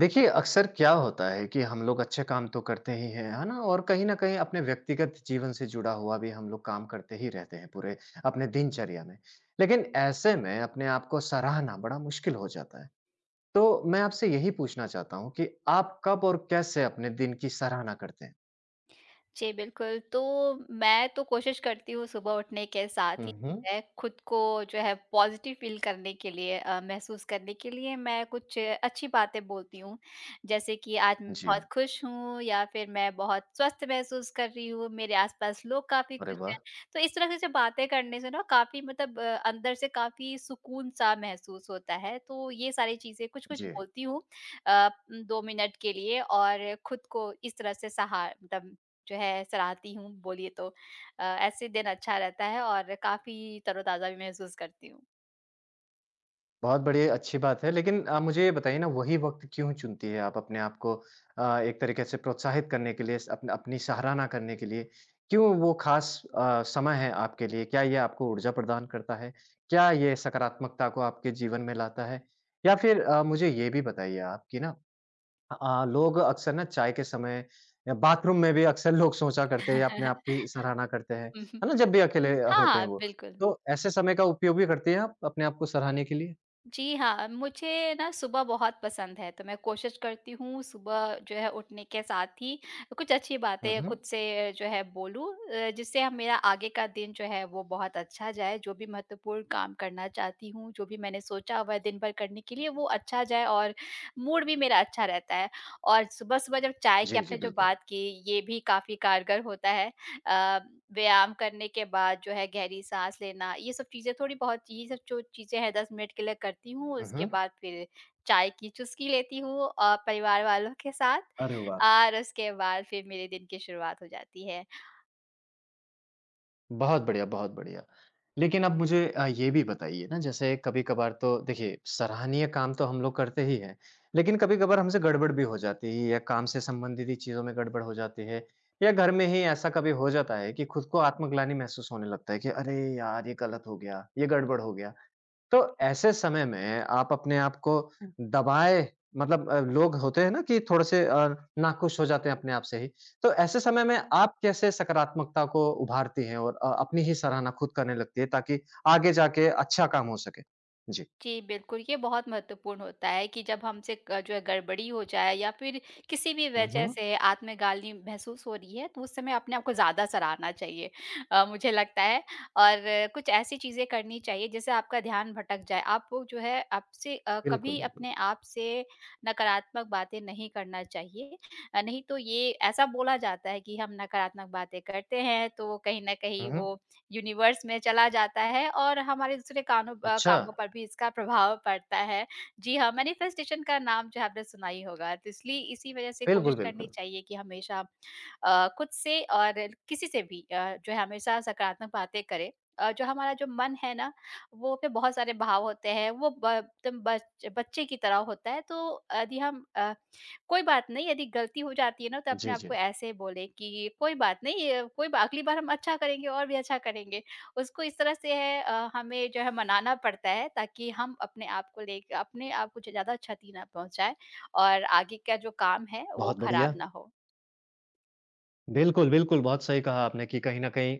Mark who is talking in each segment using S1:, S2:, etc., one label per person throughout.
S1: देखिए, अक्सर क्या होता है कि हम लोग अच्छे काम तो करते ही हैं, है ना? और कहीं न कहीं अपने व्यक्तिगत जीवन से जुड़ा हुआ भी हम लोग काम करते ही रहते हैं पूरे अपने दिनचर्या में। लेकिन ऐसे में अपने आप को सराहना बड़ा मुश्किल हो जाता है। तो मैं आपसे यही पूछना चाहता हूँ कि आप कब और कैसे अपने दिन की सराहना करते हैं?
S2: जी, बिल्कुल। तो मैं तो कोशिश करती हूँ सुबह उठने के साथ
S1: हुँ,
S2: ही
S1: हुँ।
S2: मैं खुद को जो है पॉज़िटिव फ़ील करने के लिए महसूस करने के लिए मैं कुछ अच्छी बातें बोलती हूँ। जैसे कि आज मैं
S1: जी।
S2: बहुत खुश हूँ या फिर मैं बहुत स्वस्थ महसूस कर रही हूँ, मेरे आस-पास लोग काफ़ी
S1: अरे
S2: खुश
S1: वाह!
S2: हैं। तो इस तरह से जो बातें करने से ना काफ़ी मतलब अंदर से काफ़ी सुकून-सा महसूस होता है। तो ये सारी चीज़ें कुछ-कुछ
S1: जी।
S2: बोलती हूँ अ, 2 मिनट के लिए और खुद को इस तरह से सहा मतलब जो है सराहती हूँ बोलिए तो। ऐसे दिन अच्छा रहता है और काफ़ी तरोताज़ा भी महसूस करती हूँ।
S1: बहुत बढ़िया, अच्छी बात है। लेकिन मुझे ये बताइए ना वही वक़्त क्यों चुनती है आप अपने आप को एक तरीके से प्रोत्साहित करने के लिए स अप अपनी सराहना करने के लिए? क्यों वो ख़ास समय है आपके लिए? क्या ये आपको ऊर्जा प्रदान करता है? क्या ये सकारात्मकता को आपके जीवन में लाता है? या फिर मुझे ये भी बताइए आप कि ना लोग अक्सर ना चाय के समय या बाथरूम में भी अक्सर लोग सोचा करते हैं या अपने आप की सराहना करते हैं,
S2: हुँ, हुँ।
S1: है ना? जब भी अकेले
S2: हाँ,
S1: होते हैं
S2: हाँ,
S1: वो।
S2: बिल्कुल।
S1: तो ऐसे समय का उपयोग भी करती हैं आप अपने आप को सराहने के लिए?
S2: जी हाँ, मुझे ना सुबह बहुत पसंद है, तो मैं कोशिश करती हूँ सुबह जो है उठने के साथ ही कुछ अच्छी
S1: हुँ,
S2: बातें खुद
S1: हुँ।
S2: से जो है बोलूँ, जिससे हम मेरा आगे का दिन जो है वो बहुत अच्छा जाए। जो भी महत्वपूर्ण काम करना चाहती हूँ, जो भी मैंने सोचा हुआ है दिन भर करने के लिए वो अच्छा जाए और मूड भी मेरा अच्छा रहता है। और सुबह-सुबह जब चाय की
S1: जी, जी,
S2: आपने जो
S1: बिल्कुल।
S2: बात की, ये भी काफ़ी कारगर होता है। अ, व्यायाम करने के बाद जो है गहरी साँस लेना, ये सब चीज़ें थोड़ी बहुत ये सब जो चीज़ें हैं 10 मिनट के लिए करती हूँ,
S1: हुँ,
S2: उसके
S1: हुँ।
S2: बाद फिर चाय की चुस्की लेती हूँ परिवार वालों के साथ
S1: अरे वाह!
S2: और उसके बाद फिर मेरे दिन की शुरुआत हो जाती है।
S1: बहुत बढ़िया, बहुत बढ़िया। लेकिन अब मुझे ये भी बताइए ना जैसे कभी-कभार तो देखिए सराहनीय काम तो हम लोग करते ही हैं, लेकिन कभी-कभार हमसे गड़बड़ भी हो जाती है या काम से संबंधित ही चीज़ों में गड़बड़ हो जाती है या घर में ही ऐसा कभी हो जाता है कि खुद को आत्मग्लानि महसूस होने लगता है कि अरे यार! ये गलत हो गया, ये गड़बड़ हो गया। तो ऐसे समय में आप अपने आप को दबाए मतलब लोग होते हैं ना कि थोड़े-से नाखुश हो जाते हैं अपने आप से ही। तो ऐसे समय में आप कैसे सकारात्मकता को उभारती हैं और अपनी ही सराहना खुद करने लगती है ताकि आगे जाके अच्छा काम हो सके? जी।
S2: जी, बिल्कुल, ये बहुत महत्वपूर्ण होता है कि जब हमसे क जो है गड़बड़ी हो जाए या फिर किसी भी
S1: हुँ,
S2: वजह
S1: हुँ।
S2: से आत्मग्लानि महसूस हो रही है, तो उस समय अपने आप को ज़्यादा सराहना चाहिए, मुझे लगता है, और कुछ ऐसी चीज़ें करनी चाहिए जिससे आपका ध्यान भटक जाए। आपको जो है आपसे
S1: बिल्कुल,
S2: कभी
S1: बिल्कुल।
S2: अपने आप से नकारात्मक बातें नहीं करना चाहिए। नहीं तो ये ऐसा बोला जाता है कि हम नकारात्मक बातें करते हैं, तो कहीं न कहीं
S1: हुँ,
S2: वो
S1: हुँ।
S2: यूनिवर्स में चला जाता है और हमारे दूसरे
S1: अच्छा।
S2: कामों पर भी इसका प्रभाव पड़ता है। जी हाँ, मैनिफेस्टेशन का नाम जो है आपने सुना ही होगा, तो इसलिए इसी वजह से कोशिश
S1: बिल्कुल,
S2: करनी
S1: बिल्कुल।
S2: चाहिए कि हमेशा खुद से और किसी से भी जो है हमेशा सकारात्मक बातें करें। जो हमारा जो मन है ना, वो पे बहुत सारे भाव होते हैं, वो ब एकदम बच बच्चे की तरह होता है, तो यदि कोई बात नहीं, यदि गलती हो जाती है ना, तो अपने
S1: जी,
S2: आप
S1: जी।
S2: को ऐसे बोलें कि कोई बात नहीं, अ, कोई बा अगली बार हम अच्छा करेंगे और भी अच्छा करेंगे। उसको इस तरह से हमें जो है मनाना पड़ता है ताकि हम अपने आप को ज़्यादा क्षति ना पहुँचाएँ और आगे का जो काम है, वो
S1: बहुत
S2: खराब
S1: बढ़िया।
S2: ना हो।
S1: बिल्कुल, बिल्कुल बहुत सही कहा आपने कि कहीं न कहीं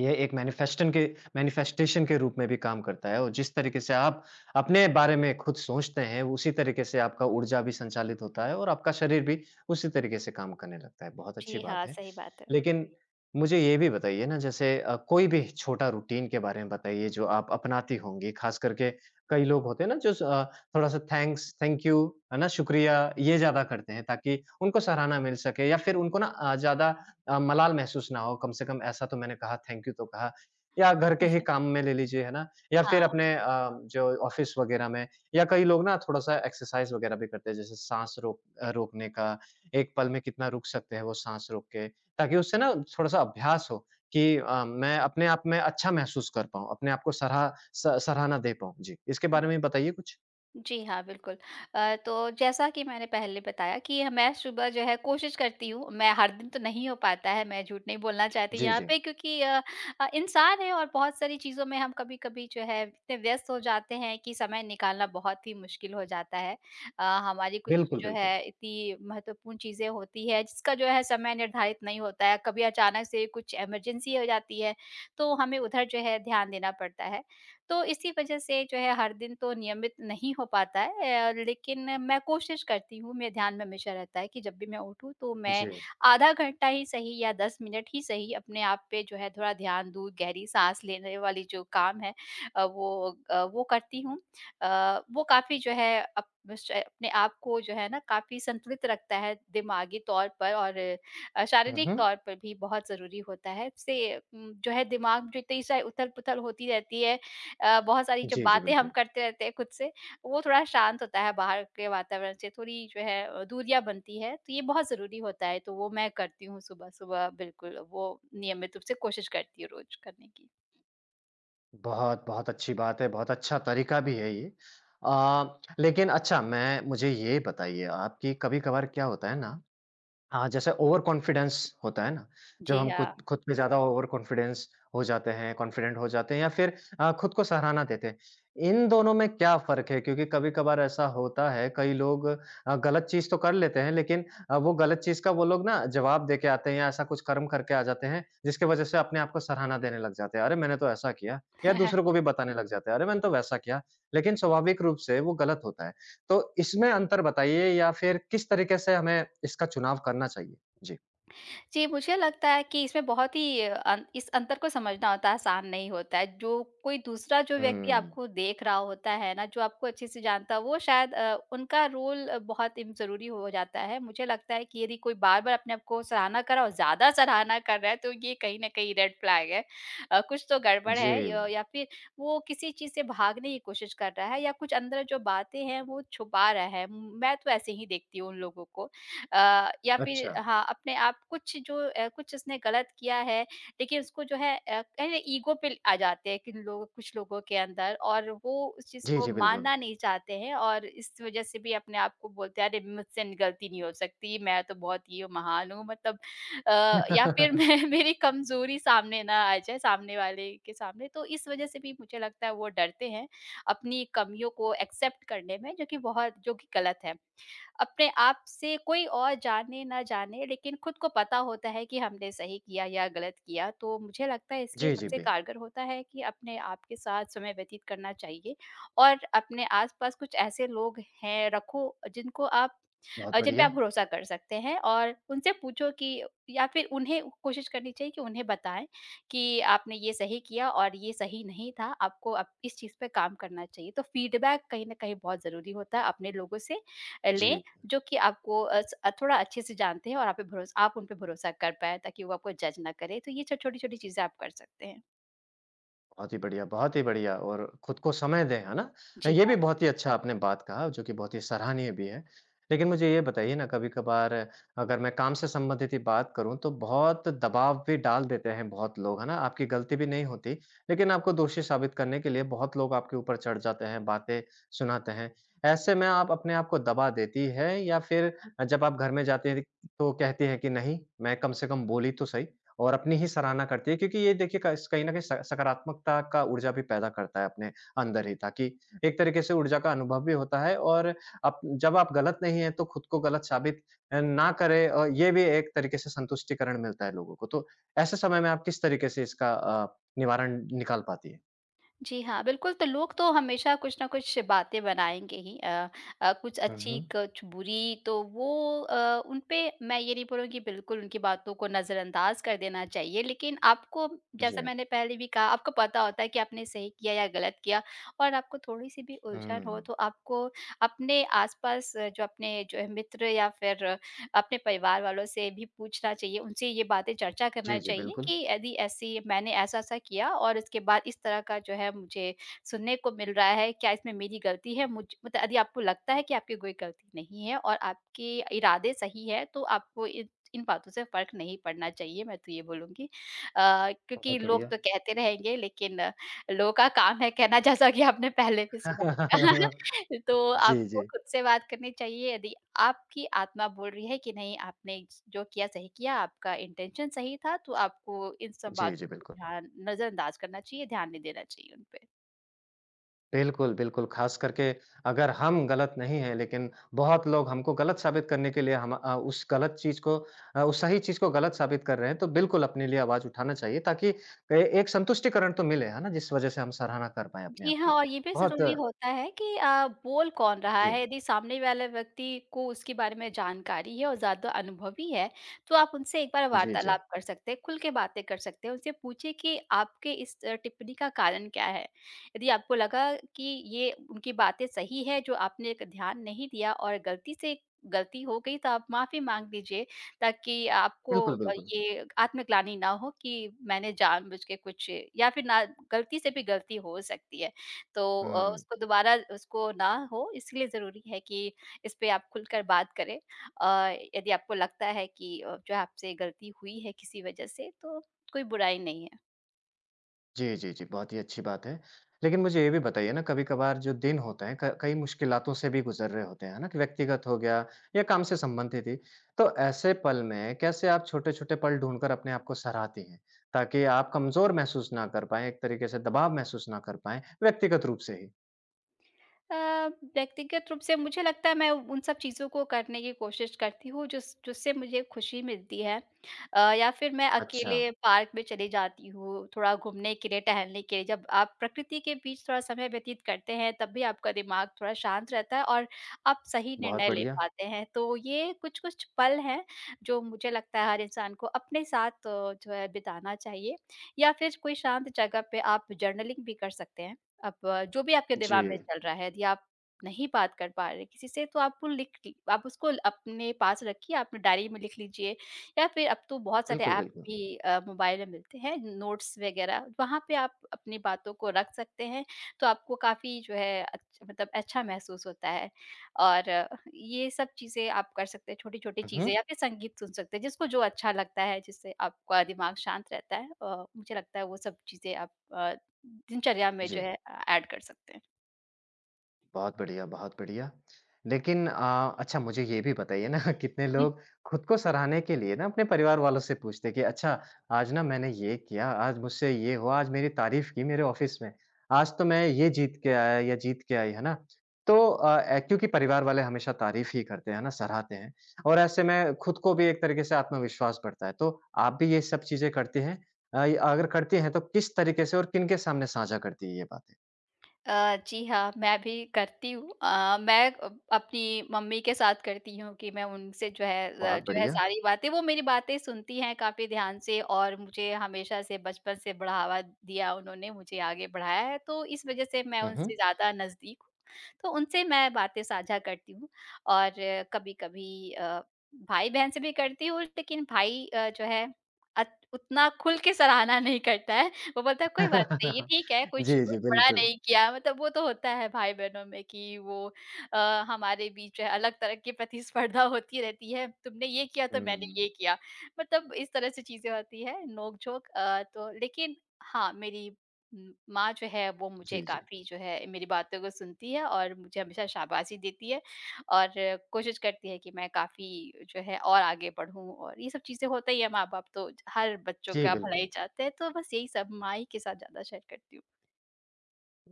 S1: ये एक मैनिफेस्टन के मैनिफेस्टेशन के रूप में भी काम करता है और जिस तरीके से आप अपने बारे में खुद सोचते हैं, उसी तरीके से आपका ऊर्जा भी संचालित होता है और आपका शरीर भी उसी तरीके से काम करने लगता है। बहुत अच्छी
S2: जी हाँ,
S1: बात है।
S2: सही बात है।
S1: लेकिन मुझे ये भी बताइए ना जैसे कोई भी छोटा रूटीन के बारे में बताइए जो आप अपनाती होंगी, ख़ास करके कई लोग होते हैं ना जो थोड़ा-सा थैंक्स, थैंक यू है ना, शुक्रिया ये ज़्यादा करते हैं ताकि उनको सराहना मिल सके या फिर उनको ना ज़्यादा मलाल महसूस ना हो, कम से कम ऐसा तो मैंने कहा, थैंक यू तो कहा। या घर के ही काम में ले लीजिए, है ना? या फिर
S2: हाँ।
S1: अपने जो ऑफ़िस वग़ैरह में या कई लोग ना थोड़ा-सा एक्सरसाइज़ वग़ैरह भी करते हैं, जैसे रोकने का, एक पल में कितना रुक सकते हैं वो साँस रोक के, ताकि उससे ना थोड़ा-सा अभ्यास हो कि मैं अपने आप में अच्छा महसूस कर पाऊँ, अपने आप को सराह स सराहना दे पाऊँ। जी, इसके बारे में बताइए कुछ?
S2: जी हाँ, बिल्कुल। तो जैसा कि मैंने पहले बताया कि मैं सुबह जो है कोशिश करती हूँ, मैं हर दिन तो नहीं हो पाता है, मैं झूठ नहीं बोलना चाहती
S1: जी,
S2: यहाँ
S1: जी।
S2: पे क्योंकि इंसान हैं और बहुत सारी चीज़ों में हम कभी-कभी जो है इतने व्यस्त हो जाते हैं कि समय निकालना बहुत ही मुश्किल हो जाता है। अ, हमारी कुछ
S1: बिल्कुल,
S2: जो है
S1: बिल्कुल।
S2: इतनी महत्वपूर्ण चीज़ें होती हैं जिसका जो है समय निर्धारित नहीं होता है, कभी अचानक से कुछ इमरजेंसी हो जाती है, तो हमें उधर जो है ध्यान देना पड़ता है। तो इसी वजह से जो है हर दिन तो नियमित नहीं हो पाता है। लेकिन मैं कोशिश करती हूँ, मेरे ध्यान में हमेशा रहता है कि जब भी मैं उठूँ तो मैं
S1: जी।
S2: आधा घंटा ही सही या 10 मिनट ही सही अपने आप पे जो है थोड़ा ध्यान दूँ, गहरी साँस लेने वाली जो काम है वो करती हूँ। वो काफ़ी जो है अप बस अपने आप को जो है ना काफ़ी संतुलित रखता है दिमागी तौर पर और
S1: हुँ,
S2: शारीरिक
S1: हुँ।
S2: तौर पर भी बहुत ज़रूरी होता है। इससे जो है दिमाग जो इतनी सा उथल-पुथल होती रहती है, बहुत सारी जो
S1: जी, जी,
S2: बातें हम
S1: बिल्कुल।
S2: करते रहते हैं खुद से, वो थोड़ा शांत होता है बाहर के वातावरण से, थोड़ी जो है दूरियाँ बनती है, तो ये बहुत ज़रूरी होता है, तो वो मैं करती हूँ सुबह-सुबह बिल्कुल, वो नियमित रूप से कोशिश करती हूँ रोज़ करने की।
S1: बहुत, बहुत अच्छी बात है, बहुत अच्छा तरीका भी है ये। लेकिन अच्छा मैं मुझे ये बताइए आप कि कभी-कभार क्या होता है ना हाँ, जैसे ओवर कॉन्फिडेंस होता है ना, जब
S2: जी,
S1: हम
S2: हाँ।
S1: खुद खुद पे ज़्यादा ओवर कॉन्फिडेंस हो जाते हैं, कॉन्फिडेंट हो जाते हैं या फिर खुद को सराहना देते हैं। इन दोनों में क्या फ़र्क है? क्योंकि कभी-कभार ऐसा होता है, कई लोग गलत चीज़ तो कर लेते हैं, लेकिन वो गलत चीज़ का वो लोग ना जवाब दे के आते हैं या ऐसा कुछ कर्म करके आ जाते हैं, जिसकी वज़ह से अपने आप को सराहना देने लग जाते हैं। अरे! मैंने तो ऐसा किया या दूसरों को भी बताने लग जाते हैं, अरे! मैंने तो वैसा किया। लेकिन स्वाभाविक रूप से वो गलत होता है। तो इसमें अंतर बताइए या फिर किस तरीके से हमें इसका चुनाव करना चाहिए? जी।
S2: जी, मुझे लगता है कि इसमें बहुत ही अ, अन इस अंतर को समझना होता है, आसान नहीं होता है। जो कोई दूसरा जो व्यक्ति
S1: हुँ।
S2: आपको देख रहा होता है ना, जो आपको अच्छे से जानता है, वो शायद उनका रोल अ, बहुत इम ज़रूरी हो जाता है। मुझे लगता है कि यदि कोई बार-बार अपने आप को सराहना कर रहा और ज़्यादा सराहना कर रहा है, तो ये कहीं न कहीं रेड फ्लैग है। कुछ तो गड़बड़
S1: जी,
S2: है य या फिर वो किसी चीज़ से भागने की कोशिश कर रहा है या कुछ अंदर जो बातें हैं, वो छुपा रहा है। मैं तो ऐसे ही देखती हूँ उन लोगों को। या फिर
S1: अच्छा।
S2: हाँ, अपने आप कुछ उसने गलत किया है, लेकिन उसको जो है कहीं ईगो पे आ जाते हैं, किन लोग कुछ लोगों के अंदर, और वो उस चीज़
S1: जी,
S2: को
S1: जी, बिल्कुल।
S2: मानना नहीं चाहते हैं और इस वजह से भी अपने आप को बोलते हैं, अरे मुझसे गलती नहीं हो सकती, मैं तो बहुत ही महान हूँ, मतलब या फिर मैं मेरी कमजोरी सामने ना आ जाए सामने वाले के सामने, तो इस वजह से भी मुझे लगता है वो डरते हैं अपनी कमियों को एक्सेप्ट करने में, जो कि गलत है। अपने आप से कोई और जाने ना जाने लेकिन खुद को पता होता है कि हमने सही किया या गलत किया। तो मुझे लगता है इसके
S1: जी, जी,
S2: सबसे
S1: बे
S2: कारगर होता है कि अपने आप के साथ समय व्यतीत करना चाहिए और अपने आस-पास कुछ ऐसे लोग हैं रखो जिनको आप,
S1: बहुत
S2: जिन पे आप
S1: बढ़िया।
S2: भरोसा कर सकते हैं, और उनसे पूछो कि, या फिर उन्हें कोशिश करनी चाहिए कि उन्हें बताएँ कि आपने ये सही किया और ये सही नहीं था, आपको अब इस चीज़ पे काम करना चाहिए। तो फीडबैक कहीं न कहीं बहुत ज़रूरी होता है, अपने लोगों से लें,
S1: जी।
S2: जो कि आपको थोड़ा अच्छे से जानते हैं, और आप उन पे भरोसा कर पाएँ ताकि वो आपको जज ना करें। तो ये छ छोटी-छोटी चीज़ें आप कर सकते हैं।
S1: बहुत ही बढ़िया और खुद को समय दें, है ना?
S2: जी।
S1: ये भी बहुत ही अच्छा आपने बात कहा जो कि बहुत ही सराहनीय भी है। लेकिन मुझे ये बताइए ना कभी-कभार अगर मैं काम से संबंधित ही बात करूँ तो बहुत दबाव भी डाल देते हैं बहुत लोग, है ना? आपकी गलती भी नहीं होती, लेकिन आपको दोषी साबित करने के लिए बहुत लोग आपके ऊपर चढ़ जाते हैं, बातें सुनाते हैं। ऐसे में आप अपने आप को दबा देती हैं या फिर जब आप घर में जाती हैं तो कहती हैं कि नहीं, मैं कम से कम बोली तो सही? और अपनी ही सराहना करती है क्योंकि ये देखिए कस कहीं न कहीं स सकारात्मकता का ऊर्जा भी पैदा करता है अपने अंदर ही ताकि एक तरीके से ऊर्जा का अनुभव भी होता है और आप जब आप गलत नहीं हैं तो खुद को गलत साबित ना करें और ये भी एक तरीके से संतुष्टिकरण मिलता है लोगों को। तो ऐसे समय में आप किस तरीके से इसका निवारण निकाल पाती हैं?
S2: जी हाँ, बिल्कुल, तो लोग तो हमेशा कुछ ना कुछ बातें बनाएँगे ही, कुछ
S1: हुँ,
S2: अच्छी,
S1: हुँ।
S2: कुछ बुरी, तो वो, उन पे मैं ये नहीं बोलूँगी बिल्कुल उनकी बातों को नज़रअंदाज कर देना चाहिए, लेकिन आपको,
S1: जी।
S2: जैसा मैंने पहले भी कहा, आपको पता होता है कि आपने सही किया या गलत किया, और आपको थोड़ी-सी भी उलझन हो,
S1: हुँ।
S2: तो आपको अपने आस-पास जो अपने जो है मित्र या फिर अपने परिवार वालों से भी पूछना चाहिए, उनसे ये बातें चर्चा करना
S1: जी, जी,
S2: चाहिए
S1: बिल्कुल।
S2: कि यदि ऐसी मैंने ऐसा-ऐसा किया और इसके बाद इस तरह का जो है मुझे सुनने को मिल रहा है, क्या इसमें मेरी गलती है? मुझ मतलब यदि आपको लगता है कि आपकी कोई गलती नहीं है और आपके इरादे सही है, तो आपको इन इन बातों से फ़र्क नहीं पड़ना चाहिए, मैं तो ये बोलूँगी। क्योंकि
S1: बहुत
S2: लोग
S1: बढ़िया।
S2: तो कहते रहेंगे, लेकिन लोगों का काम है कहना, जैसा कि आपने पहले भी सुना। तो
S1: जी,
S2: आपको
S1: जी।
S2: खुद से बात करनी चाहिए। यदि आपकी आत्मा बोल रही है कि नहीं आपने जो किया सही किया, आपका इंटेंशन सही था, तो आपको इन सब
S1: जी,
S2: बातों
S1: जी,
S2: को
S1: बिल्कुल।
S2: ध्यान नज़रअंदाज करना चाहिए, ध्यान नहीं देना चाहिए उन पे।
S1: बिल्कुल, बिल्कुल, ख़ास करके अगर हम गलत नहीं हैं, लेकिन बहुत लोग हमको गलत साबित करने के लिए हम अ, उस गलत चीज़ को अ, उस सही चीज़ को गलत साबित कर रहे हैं, तो बिल्कुल अपने लिए आवाज़ उठाना चाहिए ताकि ए एक संतुष्टिकरण तो मिले, है ना? जिस वज़ह से हम सराहना कर पाएँ अपने
S2: जी
S1: आप
S2: हाँ,
S1: की।
S2: और ये भी
S1: बहुत
S2: ज़रूरी होता है कि बोल कौन रहा
S1: जी,
S2: है? यदि सामने वाले व्यक्ति को उसके बारे में जानकारी है और ज़्यादा अनुभवी है, तो आप उनसे एक बार
S1: जी, जी।
S2: वार्तालाप कर सकते हैं, खुल के बातें कर सकते हैं। उनसे पूछिए कि आपके इस टिप्पणी का कारण क्या है? यदि आपको लगा कि ये उनकी बातें सही है, जो आपने क ध्यान नहीं दिया और गलती से गलती हो गई, तो आप माफ़ी माँग लीजिए। ताकि आपको
S1: बिल्कुल, बिल्कुल।
S2: ये आत्मग्लानि ना हो कि मैंने जानबूझ के कुछ, या फिर ना, गलती से भी गलती हो सकती है। तो
S1: हुँ।
S2: उसको दोबारा उसको ना हो, इसलिए ज़रूरी है कि इस पे आप खुलकर बात करें। यदि आपको लगता है कि जो आपसे गलती हुई है किसी वजह से, तो कोई बुराई नहीं है।
S1: जी, जी, जी, बहुत ही अच्छी बात है। लेकिन मुझे ये भी बताइए ना कभी-कभार जो दिन होते हैं, क कई मुश्किलातों से भी गुज़र रहे होते हैं, है ना? कि व्यक्तिगत हो गया या काम से संबंधित ही। तो ऐसे पल में कैसे आप छोटे-छोटे पल ढूँढकर अपने आप को सराहती हैं? ताकि आप कमज़ोर महसूस ना कर पाएँ, एक तरीके से दबाव महसूस ना कर पाएँ, व्यक्तिगत रूप से ही?
S2: अ, व्यक्तिगत रूप से मुझे लगता है मैं उन सब चीज़ों को करने की कोशिश करती हूँ जिससे मुझे खुशी मिलती है। या फिर मैं
S1: अच्छा,
S2: अकेले पार्क में चली जाती हूँ थोड़ा घूमने के लिए, टहलने के लिए। जब आप प्रकृति के बीच थोड़ा समय व्यतीत करते हैं तब भी आपका दिमाग थोड़ा शांत रहता है और आप सही
S1: बहुत
S2: निर्णय ले
S1: बढ़िया।
S2: पाते हैं। तो ये कुछ कुछ पल हैं जो मुझे लगता है हर इंसान को अपने साथ जो है बिताना चाहिए, या फिर कोई शांत जगह पे आप जर्नलिंग भी कर सकते हैं। आप, जो भी आपके
S1: जी,
S2: दिमाग में चल रहा है, यदि आप नहीं बात कर पा रहे किसी से, तो आप वो लिख ली आप उसको अपने पास रखिए, अपने डायरी में लिख लीजिए, या फिर अब तो बहुत सारे
S1: बिल्कुल,
S2: ऐप
S1: बिल्कुल।
S2: भी मोबाइल में मिलते हैं, नोट्स वगैरह, वहाँ पे आप अपनी बातों को रख सकते हैं, तो आपको काफ़ी जो है अच्छा महसूस होता है। और ये सब चीज़ें आप कर सकते हैं, छोटी-छोटी
S1: हुँ,
S2: चीज़ें,
S1: हुँ।
S2: या फिर संगीत सुन सकते हैं, जिसको जो अच्छा लगता है, जिससे आपका दिमाग शांत रहता है। मुझे लगता है वो सब चीज़ें आप दिनचर्या में जो
S1: जी।
S2: है ऐड कर सकते हैं।
S1: बहुत बढ़िया, बहुत बढ़िया। लेकिन अच्छा मुझे ये भी बताइए ना कितने
S2: हम्म।
S1: लोग खुद को सराहने के लिए ना अपने परिवार वालों से पूछते हैं कि अच्छा आज ना मैंने ये किया, आज मुझसे ये हुआ, आज मेरी तारीफ़ की मेरे ऑफ़िस में, आज तो मैं ये जीत के आया या जीत के आई, है ना? तो क्योंकि परिवार वाले हमेशा तारीफ़ ही करते हैं, है ना? सराहते हैं और ऐसे में खुद को भी एक तरीके से आत्मविश्वास बढ़ता है। तो आप भी ये सब चीज़ें करती हैं? ये अगर करती हैं तो किस तरीके से और किनके सामने साझा करती है ये बातें?
S2: जी हाँ, मैं भी करती हूँ। मैं अपनी मम्मी के साथ करती हूँ कि मैं उनसे जो है
S1: बहुत
S2: जो है
S1: बढ़िया।
S2: सारी बातें, वो मेरी बातें सुनती हैं काफ़ी ध्यान से और मुझे हमेशा से बचपन से बढ़ावा दिया उन्होंने, मुझे आगे बढ़ाया है, तो इस वज़ह से मैं
S1: हुँ,
S2: उनसे
S1: हुँ।
S2: ज़्यादा नज़दीक हूँ। तो उनसे मैं बातें साझा करती हूँ, और कभी-कभी भाई-बहन से भी करती हूँ, लेकिन भाई जो है अत उतना खुल के सराहना नहीं करता है। वो बोलता है कोई बात नहीं, ये ठीक है, कुछ
S1: जी,
S2: कुछ
S1: जी,
S2: बड़ा
S1: बिल्कुल।
S2: नहीं किया, मतलब वो तो होता है भाई-बहनों में कि वो, अ, हमारे बीच है, अलग तरह की प्रतिस्पर्धा होती रहती है, तुमने ये किया तो मैंने
S1: हुँ,
S2: ये किया। मतलब इस तरह से चीज़ें होती है, नोक-झोंक, तो लेकिन हाँ, मेरी माँ जो है वो मुझे
S1: जी, जी।
S2: काफ़ी जो है मेरी बातों को सुनती है और मुझे हमेशा शाबाशी देती है। और कोशिश करती है कि मैं काफ़ी जो है और आगे पढ़ूँ, और ये सब चीज़ें होता ही है, माँ-बाप तो हर बच्चों
S1: जी,
S2: का भला ही
S1: बिल्कुल।
S2: चाहते हैं, तो बस यही सब माँ ही के साथ ज़्यादा शेयर करती हूँ।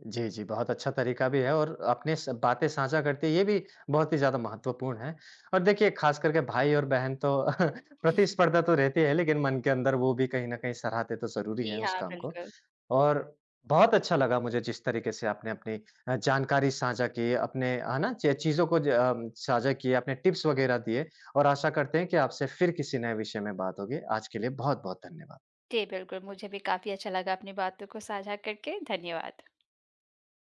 S1: जी, जी, बहुत अच्छा तरीका भी है और अपने स बातें साझा करते ये भी बहुत ही ज़्यादा महत्वपूर्ण है। और देखिए ख़ास करके भाई और बहन तो प्रतिस्पर्धा तो रहती है लेकिन मन के अंदर वो भी कहीं न कहीं सराहते तो ज़रूरी
S2: जी
S1: है उस
S2: हाँ,
S1: काम को।
S2: बिल्कुल।
S1: और बहुत अच्छा लगा मुझे जिस तरीके से आपने अपनी जानकारी साझा की, अपने है ना? च चीज़ों को साझा किए, अपने टिप्स वग़ैरह दिए और आशा करते हैं कि आपसे फिर किसी नए विषय में बात होगी। आज के लिए बहुत-बहुत धन्यवाद।
S2: जी, बिल्कुल, मुझे भी काफ़ी अच्छा लगा अपनी बातों को साझा करके, धन्यवाद।